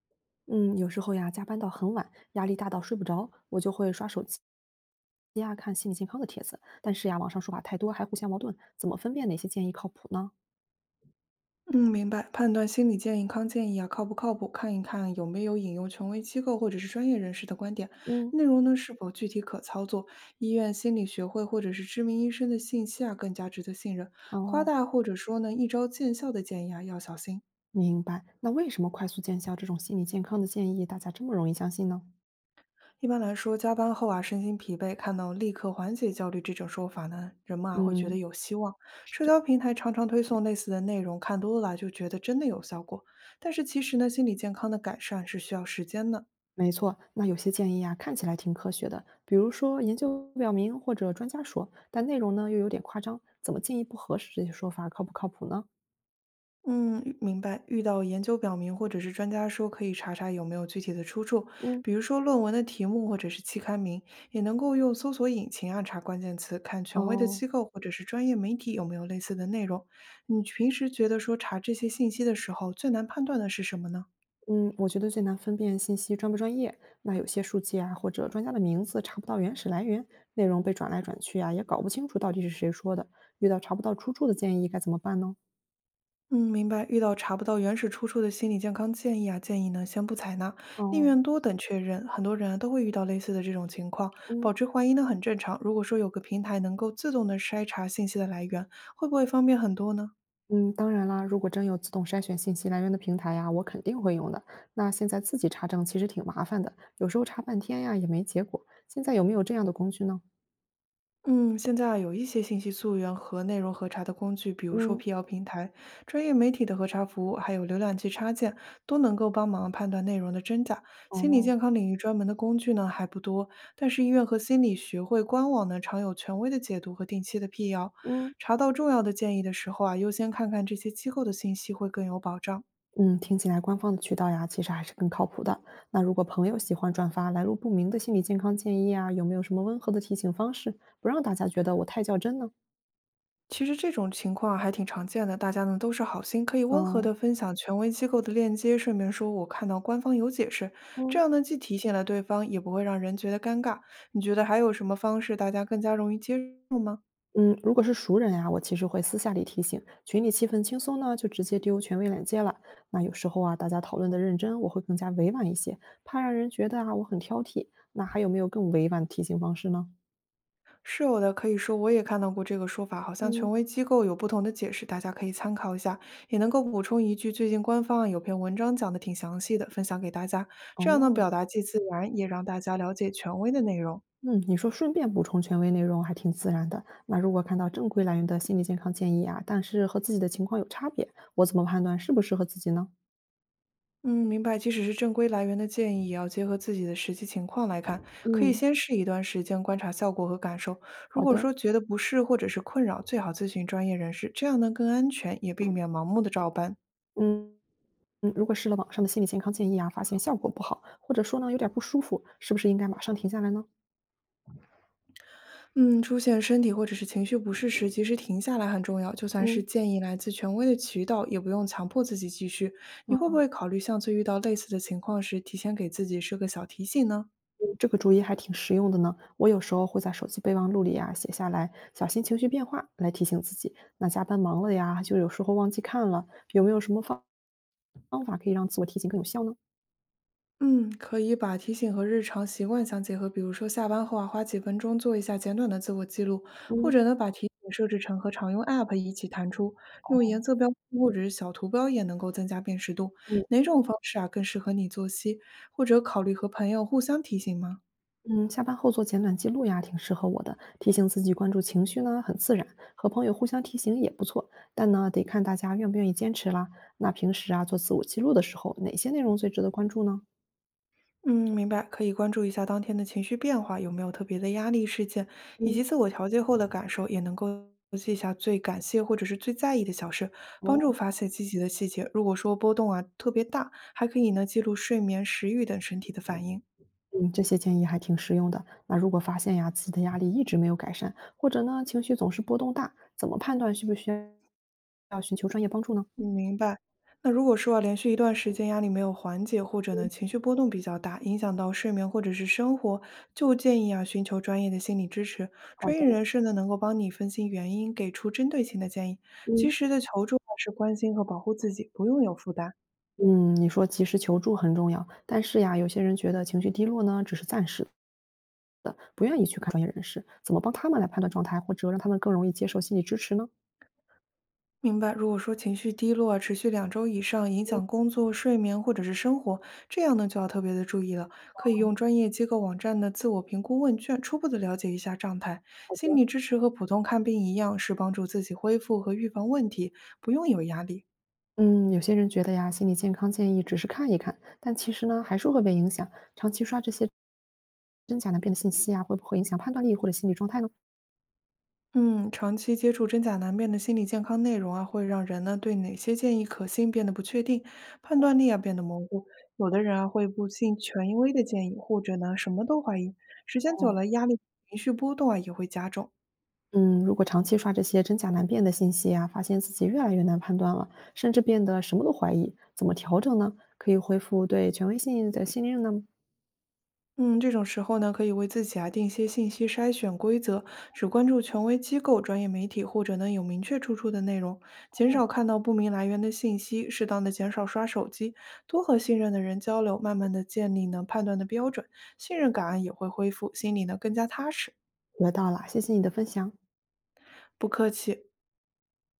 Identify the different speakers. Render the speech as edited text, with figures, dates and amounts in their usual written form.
Speaker 1: 嗯，有时候呀，加班到很晚，压力大到睡不着，我就会刷手机呀，看心理健康的帖子。但是呀，网上说法太多，还互相矛盾，怎么分辨哪些建议靠谱呢？
Speaker 2: 嗯，明白。判断心理健康建议啊，靠不靠谱，看一看有没有引用权威机构或者是专业人士的观点，
Speaker 1: 嗯，
Speaker 2: 内容呢是否具体可操作，医院、心理学会或者是知名医生的信息啊，更加值得信任。夸
Speaker 1: 哦，
Speaker 2: 大或者说呢一招见效的建议啊，要小心。
Speaker 1: 明白。那为什么快速见效这种心理健康的建议，大家这么容易相信呢？
Speaker 2: 一般来说，加班后啊，身心疲惫，看到立刻缓解焦虑这种说法呢，人们啊会觉得
Speaker 1: 嗯，
Speaker 2: 有希望。
Speaker 1: 是
Speaker 2: 社
Speaker 1: 这样，
Speaker 2: 交平台常常推送类似的内容，看多了啊就觉得真的有效果。但是其实呢，心理健康的改善是需要时间的。
Speaker 1: 没错。那有些建议呀，看起来挺科学的，比如说研究表明或者专家说，但内容呢又有点夸张，怎么进一步核实这些说法靠不靠谱呢？
Speaker 2: 嗯，明白。遇到研究表明或者是专家说，可以查查有没有具体的出处，
Speaker 1: 嗯，
Speaker 2: 比如说论文的题目或者是期刊名，也能够用搜索引擎啊查关键词，看权威的
Speaker 1: 哦。
Speaker 2: 机构或者是专业媒体有没有类似的内容。你平时觉得说查这些信息的时候，最难判断的是什么呢？
Speaker 1: 嗯，我觉得最难分辨信息专不专业。那有些书籍啊，或者专家的名字查不到原始来源，内容被转来转去啊，也搞不清楚到底是谁说的。遇到查不到出处的建议该怎么办呢？
Speaker 2: 嗯，明白。遇到查不到原始出处的心理健康建议啊，建议呢先不采纳，宁
Speaker 1: 哦，
Speaker 2: 愿多等确认。很多人啊都会遇到类似的这种情况，
Speaker 1: 嗯
Speaker 2: 保持怀疑呢很正常。如果说有个平台能够自动的筛查信息的来源，会不会方便很多呢？
Speaker 1: 嗯，当然啦，如果真有自动筛选信息来源的平台呀，我肯定会用的。那现在自己查证其实挺麻烦的，有时候查半天呀也没结果。现在有没有这样的工具呢？
Speaker 2: 嗯，现在啊有一些信息溯源和内容核查的工具，比如说
Speaker 1: 嗯，
Speaker 2: 辟谣平台、专业媒体的核查服务，还有浏览器插件，都能够帮忙判断内容的真假。心理
Speaker 1: 哦，
Speaker 2: 健康领域专门的工具呢还不多，但是医院和心理学会官网呢常有权威的解读和定期的辟谣。
Speaker 1: 嗯。
Speaker 2: 查到重要的建议的时候啊，优先看看这些机构的信息会更有保障。
Speaker 1: 嗯，听起来官方的渠道呀，其实还是更靠谱的。那如果朋友喜欢转发来路不明的心理健康建议啊，有没有什么温和的提醒方式，不让大家觉得我太较真呢？
Speaker 2: 其实这种情况还挺常见的，大家呢都是好心，可以温和
Speaker 1: 哦，
Speaker 2: 的分享权威机构的链接，顺便说我看到官方有解释，这
Speaker 1: 嗯
Speaker 2: 样呢既提醒了对方，也不会让人觉得尴尬。你觉得还有什么方式大家更加容易接受吗？
Speaker 1: 嗯，如果是熟人呀，我其实会私下里提醒，群里气氛轻松呢，就直接丢权威链接了。那有时候啊，大家讨论的认真，我会更加委婉一些，怕让人觉得啊我很挑剔。那还有没有更委婉的提醒方式呢？
Speaker 2: 是有的，可以说我也看到过这个说法，好像权
Speaker 1: 嗯，
Speaker 2: 威机构有不同的解释，大家可以参考一下，也能够补充一句，最近官方啊有篇文章讲的挺详细的，分享给大家，这样呢表
Speaker 1: 哦，
Speaker 2: 达既自然，也让大家了解权威的内容。
Speaker 1: 嗯，你说顺便补充权威内容还挺自然的。那如果看到正规来源的心理健康建议啊，但是和自己的情况有差别，我怎么判断适不适合自己呢？
Speaker 2: 嗯，明白。即使是正规来源的建议，也要结合自己的实际情况来看。可以
Speaker 1: 嗯，
Speaker 2: 先试一段时间，观察效果和感受。如
Speaker 1: 好
Speaker 2: 果
Speaker 1: 的。
Speaker 2: 说觉得不适或者是困扰，最好咨询专业人士，这样呢更安全，也避免盲目的照搬。
Speaker 1: 嗯嗯，如果试了网上的心理健康建议啊，发现效果不好，或者说呢有点不舒服，是不是应该马上停下来呢？
Speaker 2: 嗯，出现身体或者是情绪不适时，及时停下来很重要。就算是
Speaker 1: 嗯，
Speaker 2: 建议来自权威的渠道，也不用强迫自己继续。你会不
Speaker 1: 那
Speaker 2: 会考虑下次遇到类似的情况时，提前给自己设个小提醒呢？
Speaker 1: 这个主意还挺实用的呢。我有时候会在手机备忘录里啊写下来小心情绪变化，来提醒自己。那加班忙了呀，就有时候忘记看了，有没有什么方法可以让自我提醒更有效呢？
Speaker 2: 嗯，可以把提醒和日常习惯相结合，比如说下班后啊，花几分钟做一下简短的自我记录，或
Speaker 1: 嗯
Speaker 2: 者呢，把提醒设置成和常用 App 一起弹出，用颜色标签或者是小图标也能够增加辨识度。
Speaker 1: 嗯
Speaker 2: 哪种方式啊更适合你作息？或者考虑和朋友互相提醒吗？
Speaker 1: 嗯，下班后做简短记录呀，挺适合我的。提醒自己关注情绪呢，很自然，和朋友互相提醒也不错。但呢，得看大家愿不愿意坚持啦。那平时啊，做自我记录的时候，哪些内容最值得关注呢？
Speaker 2: 嗯，明白，可以关注一下当天的情绪变化，有没有特别的压力事件，以
Speaker 1: 嗯，
Speaker 2: 及自我调节后的感受，也能够记下最感谢或者是最在意的小事，
Speaker 1: 哦，
Speaker 2: 帮助发现积极的细节。如果说波动啊特别大，还可以呢记录睡眠、食欲等身体的反应。
Speaker 1: 嗯，这些建议还挺实用的。那如果发现呀，自己的压力一直没有改善，或者呢，情绪总是波动大，怎么判断需不需要寻求专业帮助呢？
Speaker 2: 你明白。那如果说啊，连续一段时间压力没有缓解，或者呢情绪波动比较大，影响到睡眠或者是生活，就建议啊寻求专业的心理支持。
Speaker 1: 好
Speaker 2: 专业
Speaker 1: 的，
Speaker 2: 人士呢能够帮你分析原因，给出针对性的建议，及
Speaker 1: 嗯
Speaker 2: 时的求助啊是关心和保护自己，不用有负担。
Speaker 1: 嗯，你说及时求助很重要，但是呀，有些人觉得情绪低落呢，只是暂时的，不愿意去看专业人士，怎么帮他们来判断状态，或者让他们更容易接受心理支持呢？
Speaker 2: 明白，如果说情绪低落啊持续2周以上，影响工作、睡眠或者是生活，这样呢就要特别的注意了。可以用专业机构网站的自我评估问卷，初步的了解一下状态。
Speaker 1: 好
Speaker 2: 心
Speaker 1: 的，
Speaker 2: 理支持和普通看病一样，是帮助自己恢复和预防问题，不用有压力。
Speaker 1: 嗯，有些人觉得呀，心理健康建议只是看一看，但其实呢，还是会被影响。长期刷这些真假难辨的信息啊，会不会影响判断力或者心理状态呢？
Speaker 2: 嗯，长期接触真假难辨的心理健康内容啊，会让人呢对哪些建议可信变得不确定，判断力啊变得模糊。有的人啊会不信权威的建议，或者呢什么都怀疑。时间久
Speaker 1: 哦，
Speaker 2: 了，压力、情绪波动啊也会加重。
Speaker 1: 嗯，如果长期刷这些真假难辨的信息啊，发现自己越来越难判断了，甚至变得什么都怀疑，怎么调整呢？可以恢复对权威性的信任呢？
Speaker 2: 嗯，这种时候呢，可以为自己啊定一些信息筛选规则，只关注权威机构、专业媒体或者呢有明确出处的内容，减少看到不明来源的信息，适当的减少刷手机，多和信任的人交流，慢慢的建立能判断的标准，信任感啊也会恢复，心里呢更加踏实。
Speaker 1: 学到了，谢谢你的分享。
Speaker 2: 不客气。